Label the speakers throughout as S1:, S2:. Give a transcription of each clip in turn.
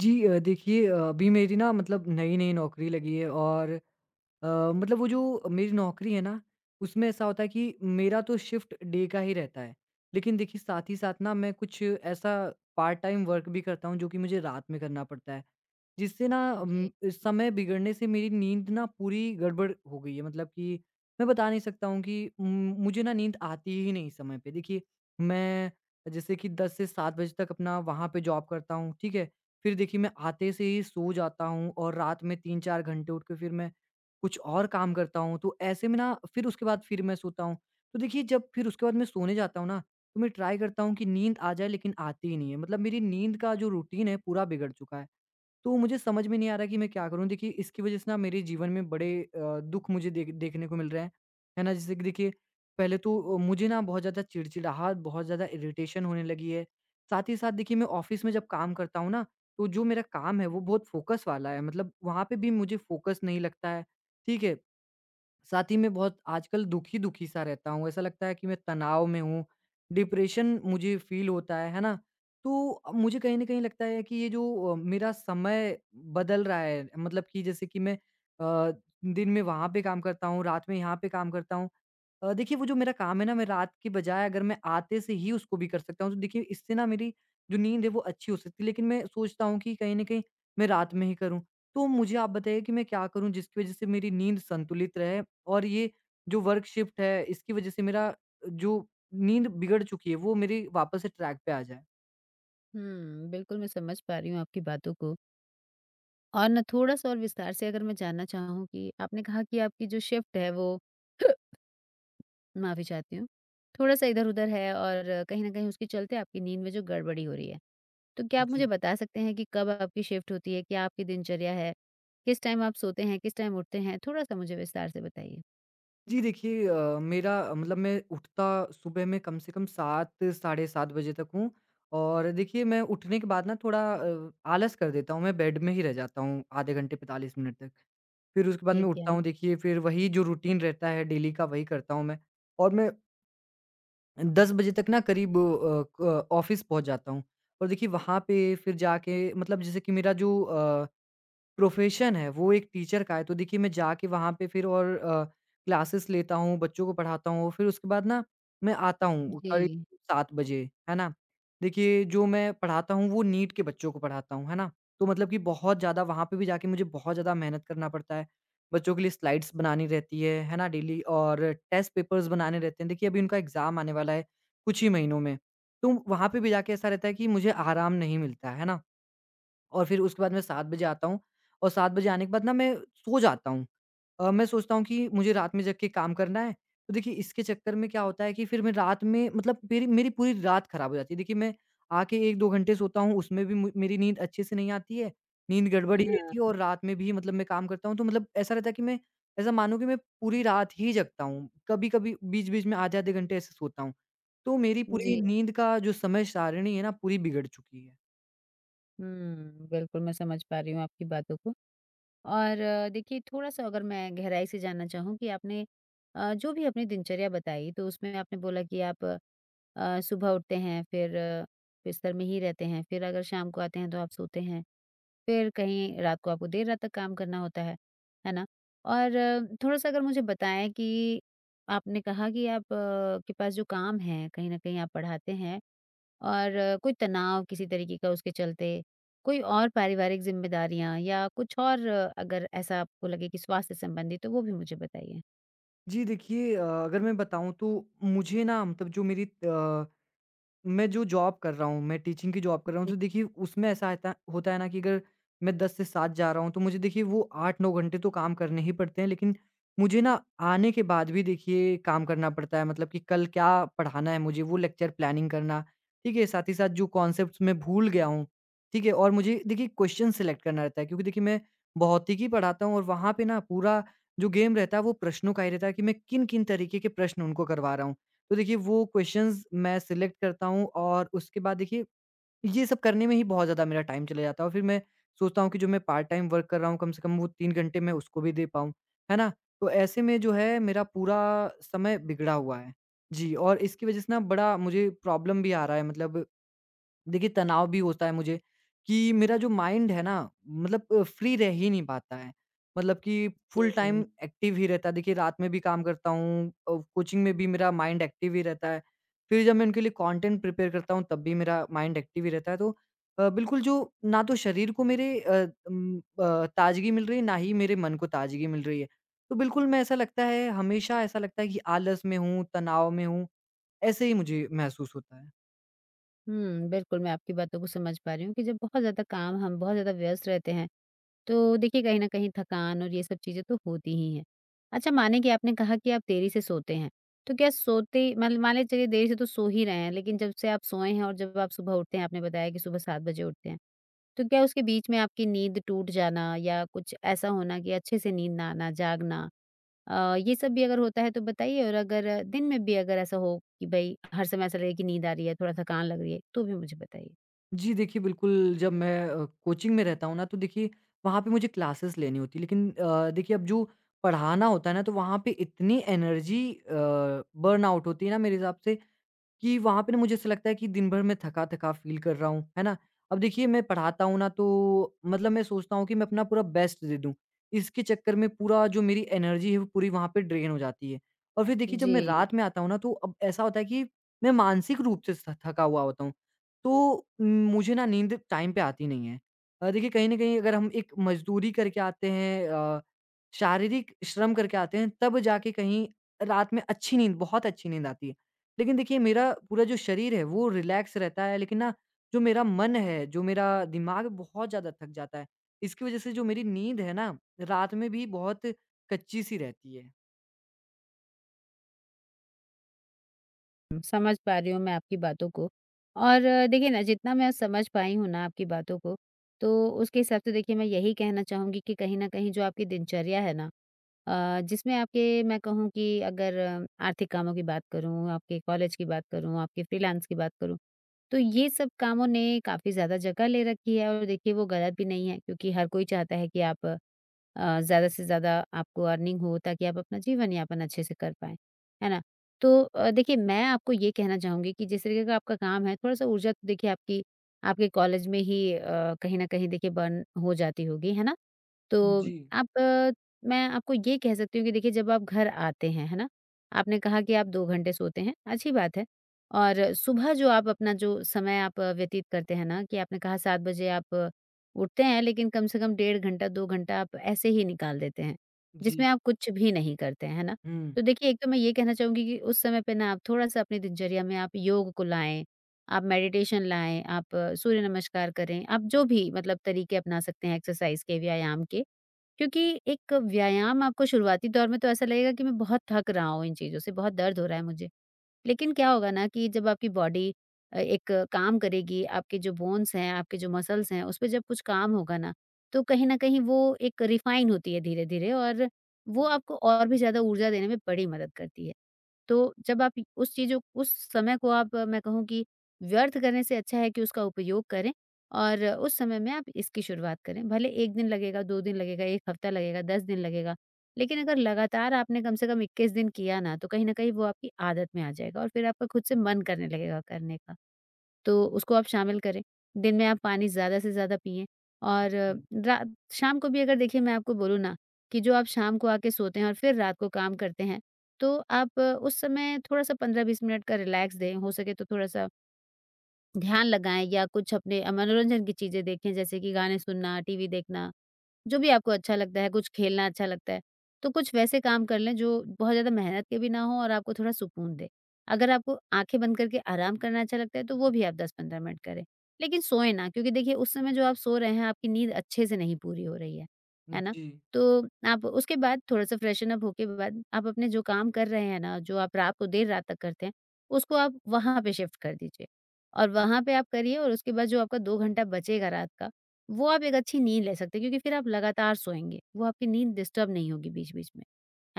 S1: जी, देखिए, अभी मेरी ना मतलब नई-नई नौकरी लगी है और, मतलब वो जो मेरी नौकरी है ना, उसमें ऐसा होता है कि मेरा तो शिफ्ट डे का ही रहता है। लेकिन देखिए साथ ही साथ ना मैं कुछ ऐसा पार्ट टाइम वर्क भी करता हूँ जो कि मुझे रात में करना पड़ता है। जिससे ना इस समय बिगड़ने से मेरी नींद ना पूरी गड़बड़ हो गई है, मतलब कि मैं बता नहीं सकता हूँ कि मुझे ना नींद आती ही नहीं समय पे। देखिए मैं जैसे कि 10 से 7 बजे तक अपना वहाँ पे जॉब करता हूँ, ठीक है? फिर देखिए मैं आते से ही सो जाता हूँ और रात में 3-4 घंटे उठ के फिर मैं कुछ और काम करता हूँ, तो ऐसे में ना फिर उसके बाद फिर मैं सोता हूँ। तो देखिए जब फिर उसके बाद मैं सोने जाता हूँ ना, तो मैं ट्राई करता हूँ कि नींद आ जाए लेकिन आती ही नहीं है। मतलब मेरी नींद का जो रूटीन है पूरा बिगड़ चुका है। तो मुझे समझ में नहीं आ रहा कि मैं क्या करूँ? देखिए इसकी वज़ह से ना मेरे जीवन में बड़े दुःख मुझे देखने को मिल रहे हैं, है ना? जैसे कि देखिए पहले तो मुझे ना बहुत ज़्यादा चिड़चिड़ाहट, बहुत ज़्यादा इरिटेशन होने लगी है। साथ ही साथ देखिए मैं ऑफ़िस में जब काम करता हूँ ना, तो जो मेरा काम है वो बहुत फ़ोकस वाला है, मतलब वहाँ पे भी मुझे फ़ोकस नहीं लगता है, ठीक है? साथ ही मैं बहुत आजकल दुखी-दुखी सा रहता हूँ, ऐसा लगता है कि मैं तनाव में हूँ, डिप्रेशन मुझे फ़ील होता है ना? तो मुझे कहीं न कहीं लगता है कि ये जो मेरा समय बदल रहा है, मतलब कि जैसे कि मैं दिन में वहाँ पे काम करता हूँ, रात में यहाँ पे काम करता हूँ। देखिए वो जो मेरा काम है ना, मैं रात के बजाय अगर मैं आते से ही उसको भी कर सकता हूँ तो देखिए इससे ना मेरी जो नींद है वो अच्छी हो सकती है, लेकिन मैं सोचता हूँ कि कहीं न कहीं मैं रात में ही करूँ। तो मुझे आप बताइए कि मैं क्या करूँ जिसकी वज़ह से मेरी नींद संतुलित रहे और ये जो वर्क शिफ्ट है इसकी वज़ह से मेरा जो नींद बिगड़ चुकी है वो मेरी वापस से ट्रैक पे आ जाए।
S2: हुँ, बिल्कुल मैं समझ पा रही हूँ आपकी बातों को। और ना थोड़ा-सा और विस्तार से अगर मैं जानना चाहूँ कि आपने कहा कि आपकी जो शिफ्ट है वो माफ़ी चाहती हूँ, थोड़ा-सा इधर-उधर है और कहीं न कहीं उसके चलते आपकी नींद में जो गड़बड़ी हो रही है। तो क्या आप
S1: जी।
S2: मुझे बता सकते हैं कि कब आपकी शिफ्ट होती है? क्या आपकी दिनचर्या है? किस टाइम आप सोते हैं? किस टाइम उठते हैं? थोड़ा-सा मुझे विस्तार से बताइए।
S1: जी देखिए, मेरा मतलब मैं उठता सुबह में कम से कम 7 साढ़े 7 बजे तक हूँ, और देखिए मैं उठने के बाद ना थोड़ा आलस कर देता हूँ, मैं बेड में ही रह जाता हूँ आधे घंटे 45 मिनट तक। फिर उसके बाद मैं
S2: ठीक
S1: उठता
S2: है।
S1: हूँ, देखिए फिर वही जो रूटीन रहता है डेली का वही करता हूँ मैं, और मैं 10 बजे तक ना करीब अ, क ऑफ़िस पहुँच जाता हूँ, और देखिए वहाँ पे फिर जाके मतलब जैसे कि मेरा जो प्रोफ़ेशन है, वो एक टीचर का है। तो देखिए मैं जाके वहाँ पे फिर और, क्लासेस लेता हूँ, बच्चों को पढ़ाता हूँ, फिर उसके बाद ना मैं आता हूँ करीब
S2: जी।
S1: 7 बजे, है ना? देखिए जो मैं पढ़ाता हूँ वो नीट के बच्चों को पढ़ाता हूँ, है ना? तो मतलब कि बहुत ज़्यादा वहाँ पे भी जाके मुझे बहुत ज़्यादा मेहनत करना पड़ता है। बच्चों के लिए स्लाइड्स बनानी रहती है ना? डेली, और टेस्ट पेपर्स बनाने रहते हैं। देखिए अभी उनका एग्ज़ाम आने वाला है कुछ ही महीनों में। तो वहाँ पे भी जाके ऐसा रहता है कि मुझे आराम नहीं मिलता है ना? और फिर उसके बाद मैं 7 बजे आता हूँ और 7 बजे आने के बाद ना मैं सो जाता हूँ। मैं सोचता हूँ कि मुझे रात में जग के काम करना है, तो देखिए इसके चक्कर में क्या होता है कि फिर मैं रात में, मतलब मेरी मेरी पूरी रात खराब हो जाती है। देखिए मैं आके 1-2 घंटे सोता हूँ, उसमें भी मु मेरी नींद अच्छे से नहीं आती है, नींद गड़बड़ी
S2: हाँ,
S1: रहती है, और रात में भी मतलब मैं काम करता हूँ, तो मतलब ऐसा रहता है कि मैं ऐसा मानो कि मैं पूरी रात ही जगता हूँ। कभी-कभी बीच-बीच में आधे-आधे घंटे ऐसे सोता हूँ। तो मेरी पूरी
S2: जी।
S1: नींद का जो समय सारिणी है ना पूरी बिगड़ चुकी है।
S2: हुँ, बिल्कुल मैं समझ पा रही हूँ आपकी बातों को। और देखिए थोड़ा-सा अगर मैं गहराई से जानना चाहूँ कि आपने जो भी अपनी दिनचर्या बताई, तो उसमें आपने बोला कि आप सुबह उठते हैं, फिर बिस्तर में ही रहते हैं, फिर अगर शाम को आते हैं तो आप सोते हैं, फिर कहीं रात को आपको देर रात तक काम करना होता है ना? और थोड़ा-सा अगर मुझे बताएँ कि आपने कहा कि आप के पास जो काम है, कहीं न कहीं आप पढ़ाते हैं और कोई तनाव किसी तरीके का उसके चलते, कोई और पारिवारिक ज़िम्मेदारियाँ या कुछ और अगर ऐसा आपको लगे कि स्वास्थ्य संबंधी, तो वो भी मुझे बताइए?
S1: जी देखिए, अगर मैं बताऊँ तो मुझे ना मतलब जो मेरी मैं जो जॉब कर रहा हूँ, मैं टीचिंग की जॉब कर रहा हूँ,
S2: जी,
S1: तो देखिए उसमें ऐसा आता होता है ना कि अगर मैं 10 से 7 जा रहा हूँ, तो मुझे देखिए वो 8-9 घंटे तो काम करने ही पड़ते हैं। लेकिन मुझे ना आने के बाद भी देखिए काम करना पड़ता है, मतलब कि कल क्या पढ़ाना है मुझे, वो लेक्चर प्लानिंग करना, ठीक है? साथ ही साथ जो कॉन्सेप्ट्स मैं भूल गया हूँ, ठीक है? और मुझे देखिए क्वेश्चन सेलेक्ट करना रहता है क्योंकि देखिए मैं भौतिकी पढ़ाता हूँ और वहाँ पे ना पूरा जो गेम रहता है, वो प्रश्नों का ही रहता है कि मैं किन-किन तरीके के प्रश्न उनको करवा रहा हूँ। तो देखिए वो क्वेश्चंस मैं सिलेक्ट करता हूँ और उसके बाद देखिए ये सब करने में ही बहुत ज़्यादा मेरा टाइम चला जाता है, और फिर मैं सोचता हूँ कि जो मैं पार्ट टाइम वर्क कर रहा हूँ कम से कम वो 3 घंटे मैं उसको भी दे पाऊँ, है ना? तो ऐसे में जो है मेरा पूरा समय बिगड़ा हुआ है। जी, और इसकी वजह से ना बड़ा मुझे प्रॉब्लम भी आ रहा है, मतलब देखिए तनाव भी होता है मुझे कि मेरा जो माइंड है ना, मतलब फ्री रह ही नहीं पाता है, मतलब कि फुल टाइम
S2: जी।
S1: एक्टिव ही रहता है, देखिए रात में भी काम करता हूँ, कोचिंग में भी मेरा माइंड एक्टिव ही रहता है, फिर जब मैं उनके लिए कंटेंट प्रिपेयर करता हूँ तब भी मेरा माइंड एक्टिव ही रहता है, तो बिल्कुल जो ना तो शरीर को मेरे ताजगी मिल रही है, ना ही मेरे मन को ताजगी मिल रही है। तो बिल्कुल मैं ऐसा लगता है, हमेशा ऐसा लगता है कि आलस में हूँ, तनाव में हूँ, ऐसे ही मुझे महसूस होता है।
S2: हुँ, बिल्कुल मैं आपकी बातों को समझ पा रही हूँ कि जब बहुत ज़्यादा काम हम बहुत ज़्यादा व्यस्त रहते हैं, तो देखिए कहीं न कहीं थकान और ये सब चीज़ें तो होती ही हैं। अच्छा, माने कि आपने कहा कि आप देरी से सोते हैं, तो क्या सोते मतलब मान लीजिए चलिए देरी से तो सो ही रहे हैं, लेकिन जब से आप सोए हैं और जब आप सुबह उठते हैं, आपने बताया कि सुबह 7 बजे उठते हैं। तो क्या उसके बीच में आपकी नींद टूट जाना या कुछ ऐसा होना कि अच्छे से नींद ना आना, जागना, ये सब भी अगर होता है तो बताइए? और अगर दिन में भी अगर ऐसा हो कि भई हर समय ऐसा लगे कि नींद आ रही है, थोड़ा थकान लग रही है, तो भी मुझे बताइए?
S1: जी देखिए, बिल्कुल जब मैं कोचिंग में रहता हूँ ना, तो देखिए वहाँ पे मुझे क्लासेस लेनी होती है। लेकिन देखिए अब जो पढ़ाना होता है ना, तो वहाँ पे इतनी एनर्जी बर्न आउट होती है ना मेरे हिसाब से कि वहाँ पे ना मुझे ऐसा लगता है कि दिन भर मैं थका-थका फ़ील कर रहा हूँ, है ना? अब देखिए मैं पढ़ाता हूँ ना, तो मतलब मैं सोचता हूँ कि मैं अपना पूरा बेस्ट दे दूँ। इसके चक्कर में पूरा जो मेरी एनर्जी है वो पूरी वहाँ पे ड्रेन हो जाती है। और फिर देखिए जब मैं
S2: जी।
S1: रात में आता हूँ ना, तो अब ऐसा होता है कि मैं मानसिक रूप से थ थका हुआ होता हूँ। तो मुझे ना नींद टाइम पे आती नहीं है। देखिए कहीं न कहीं अगर हम एक मज़दूरी करके आते हैं, शारीरिक श्रम करके आते हैं तब जाके कहीं रात में अच्छी नींद, बहुत अच्छी नींद आती है। लेकिन देखिए मेरा पूरा जो शरीर है वो रिलैक्स रहता है, लेकिन ना जो मेरा मन है, जो मेरा दिमाग बहुत ज़्यादा थक जाता है। इसकी वज़ह से जो मेरी नींद है ना, रात में भी बहुत कच्ची-सी रहती है।
S2: समझ पा रही हूँ मैं आपकी बातों को। और देखिए ना, जितना मैं समझ पाई हूँ ना आपकी बातों को, तो उसके हिसाब से देखिए मैं यही कहना चाहूँगी कि कहीं न कहीं जो आपकी दिनचर्या है ना, जिसमें आपके मैं कहूँ कि अगर आर्थिक कामों की बात करूँ, आपके कॉलेज की बात करूँ, आपके फ्रीलांस की बात करूँ, तो ये सब कामों ने काफ़ी ज़्यादा जगह ले रखी है और देखिए वो गलत भी नहीं है, क्योंकि हर कोई चाहता है कि आप ज़्यादा से ज़्यादा आपको अर्निंग हो ताकि आप अपना जीवन-यापन अच्छे से कर पाएँ, है ना? तो देखिए, मैं आपको ये कहना चाहूँगी कि जिस तरीके का आपका काम है, थोड़ा-सा ऊर्जा तो देखिए आपकी आपके कॉलेज में ही कहीं न कहीं देखिए बर्न हो जाती होगी, है ना? तो
S1: जी।
S2: आप मैं आपको ये कह सकती हूँ कि देखिए जब आप घर आते हैं, है ना? आपने कहा कि आप 2 घंटे सोते हैं, अच्छी बात है। और सुबह जो आप अपना जो समय आप व्यतीत करते हैं ना कि आपने कहा 7 बजे आप उठते हैं, लेकिन कम से कम डेढ़ घंटा, 2 घंटा आप ऐसे ही निकाल देते हैं,
S1: जी, जी।
S2: जिसमें आप कुछ भी नहीं करते हैं, है ना?
S1: हुँ।
S2: तो देखिए, एक तो मैं ये कहना चाहूँगी कि उस समय पे ना आप थोड़ा-सा अपनी दिनचर्या में आप योग को लाएँ, आप मेडिटेशन लाएँ, आप सूर्य नमस्कार करें, आप जो भी मतलब तरीके अपना सकते हैं एक्सरसाइज़ के, व्यायाम के। क्योंकि एक व्यायाम आपको शुरुआती दौर में तो ऐसा लगेगा कि मैं बहुत थक रहा हूँ इन चीज़ों से, बहुत दर्द हो रहा है मुझे। लेकिन क्या होगा ना कि जब आपकी बॉडी एक काम करेगी, आपके जो बोन्स हैं, आपके जो मसल्स हैं, उसपे जब कुछ काम होगा ना, तो कहीं न कहीं वो एक रिफ़ाइन होती है धीरे-धीरे और वो आपको और भी ज़्यादा ऊर्जा देने में बड़ी मदद करती है। तो जब आप उस चीज़ों उस समय को आप मैं कहूँ कि व्यर्थ करने से अच्छा है कि उसका उपयोग करें और उस समय में आप इसकी शुरुआत करें। भले 1 दिन लगेगा, 2 दिन लगेगा, 1 हफ्ता लगेगा, 10 दिन लगेगा, लेकिन अगर लगातार आपने कम से कम 21 दिन किया ना, तो कहीं न कहीं वो आपकी आदत में आ जाएगा और फिर आपका खुद से मन करने लगेगा करने का। तो उसको आप शामिल करें। दिन में आप पानी ज़्यादा से ज़्यादा पिएँ। और
S1: हुँ।
S2: रात शाम को भी अगर देखिए मैं आपको बोलूँ ना कि जो आप शाम को आके सोते हैं और फिर रात को काम करते हैं, तो आप उस समय थोड़ा-सा 15-20 मिनट का रिलैक्स दें। हो सके तो थोड़ा-सा ध्यान लगाएँ या कुछ अपने मनोरंजन की चीज़ें देखें, जैसे कि गाने सुनना, टीवी देखना, जो भी आपको अच्छा लगता है, कुछ खेलना अच्छा लगता है। तो कुछ वैसे काम कर लें जो बहुत ज़्यादा मेहनत के भी ना हों और आपको थोड़ा सुकून दें। अगर आपको आँखें बंद करके आराम करना अच्छा लगता है तो वो भी आप 10-15 मिनट करें। लेकिन सोएँ ना, क्योंकि देखिए उस समय जो आप सो रहे हैं आपकी नींद अच्छे से नहीं पूरी हो रही है। है ना?
S1: जी,
S2: तो आप उसके बाद थोड़ा-सा फ्रेशन अप होके बाद आप अपने जो काम कर रहे हैं ना, जो आप रात को देर रात तक करते हैं, उसको आप वहाँ पे शिफ्ट कर दीजिए। और वहाँ पे आप करिए और उसके बाद जो आपका 2 घंटा बचेगा रात का, वो आप एक अच्छी नींद ले सकते हैं, क्योंकि फिर आप लगातार सोएँगे, वो आपकी नींद डिस्टर्ब नहीं होगी बीच-बीच में,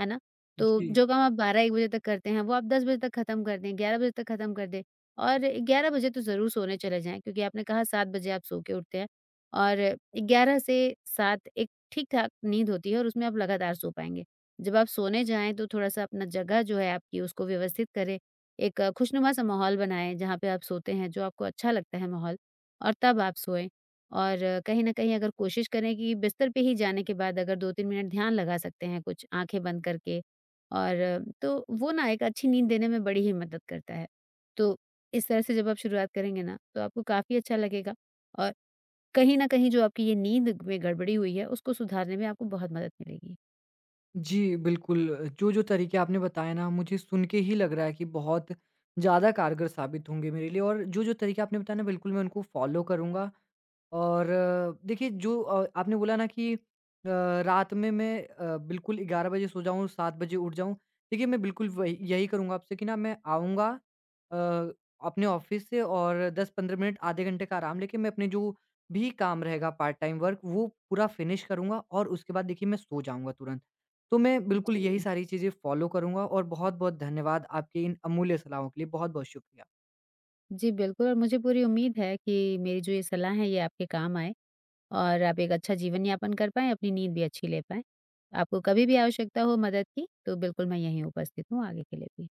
S2: है ना? तो
S1: जी।
S2: जो काम आप 12-1 बजे तक करते हैं, वो आप 10 बजे तक ख़त्म कर दें, 11 बजे तक ख़त्म कर दें और 11 बजे तो ज़रूर सोने चले जाएँ, क्योंकि आपने कहा 7 बजे आप सो के उठते हैं और 11 से 7 एक ठीक-ठाक नींद होती है और उसमें आप लगातार सो पाएँगे। जब आप सोने जाएँ तो थोड़ा-सा अपना जगह जो है आपकी उसको व्यवस्थित करें, एक खुशनुमा सा माहौल बनाएँ जहाँ पे आप सोते हैं, जो आपको अच्छा लगता है माहौल, और तब आप सोएँ। और कहीं न कहीं अगर कोशिश करें कि बिस्तर पे ही जाने के बाद अगर 2-3 मिनट ध्यान लगा सकते हैं कुछ आँखें बंद करके और तो वो ना एक अच्छी नींद देने में बड़ी ही मदद करता है। तो इस तरह से जब आप शुरुआत करेंगे ना, तो आपको काफ़ी अच्छा लगेगा और कहीं न कहीं जो आपकी ये नींद में गड़बड़ी हुई है, उसको सुधारने में आपको बहुत मदद मिलेगी।
S1: जी, बिल्कुल। जो-जो तरीके आपने बताए ना, मुझे सुन के ही लग रहा है कि बहुत ज़्यादा कारगर साबित होंगे मेरे लिए, और जो-जो तरीके आपने बताए ना, बिल्कुल मैं उनको फ़ॉलो करूँगा। और, देखिए जो आपने बोला ना कि, रात में मैं बिल्कुल 11 बजे सो जाऊँ, 7 बजे उठ जाऊँ। देखिए मैं बिल्कुल वही यही करूँगा आपसे कि ना मैं आऊँगा अ, अपने ऑफ़िस से और 10-15 मिनट आधे घंटे का आराम लेके मैं अपने जो भी काम रहेगा पार्ट टाइम वर्क वो पूरा फ़िनिश करूँगा और उसके बाद देखिए मैं सो जाऊँगा तुरंत। तो मैं बिल्कुल यही
S2: जी।
S1: सारी चीज़ें फ़ॉलो करूँगा और बहुत-बहुत धन्यवाद आपकी इन अमूल्य सलाहों के लिए। बहुत-बहुत शुक्रिया।
S2: जी, बिल्कुल। और मुझे पूरी उम्मीद है कि मेरी जो ये सलाह है, ये आपके काम आएँ। और आप एक अच्छा जीवन-यापन कर पाएँ, अपनी नींद भी अच्छी ले पाएँ। आपको कभी भी आवश्यकता हो मदद की, तो बिल्कुल मैं यहीं उपस्थित हूँ आगे के लिए भी।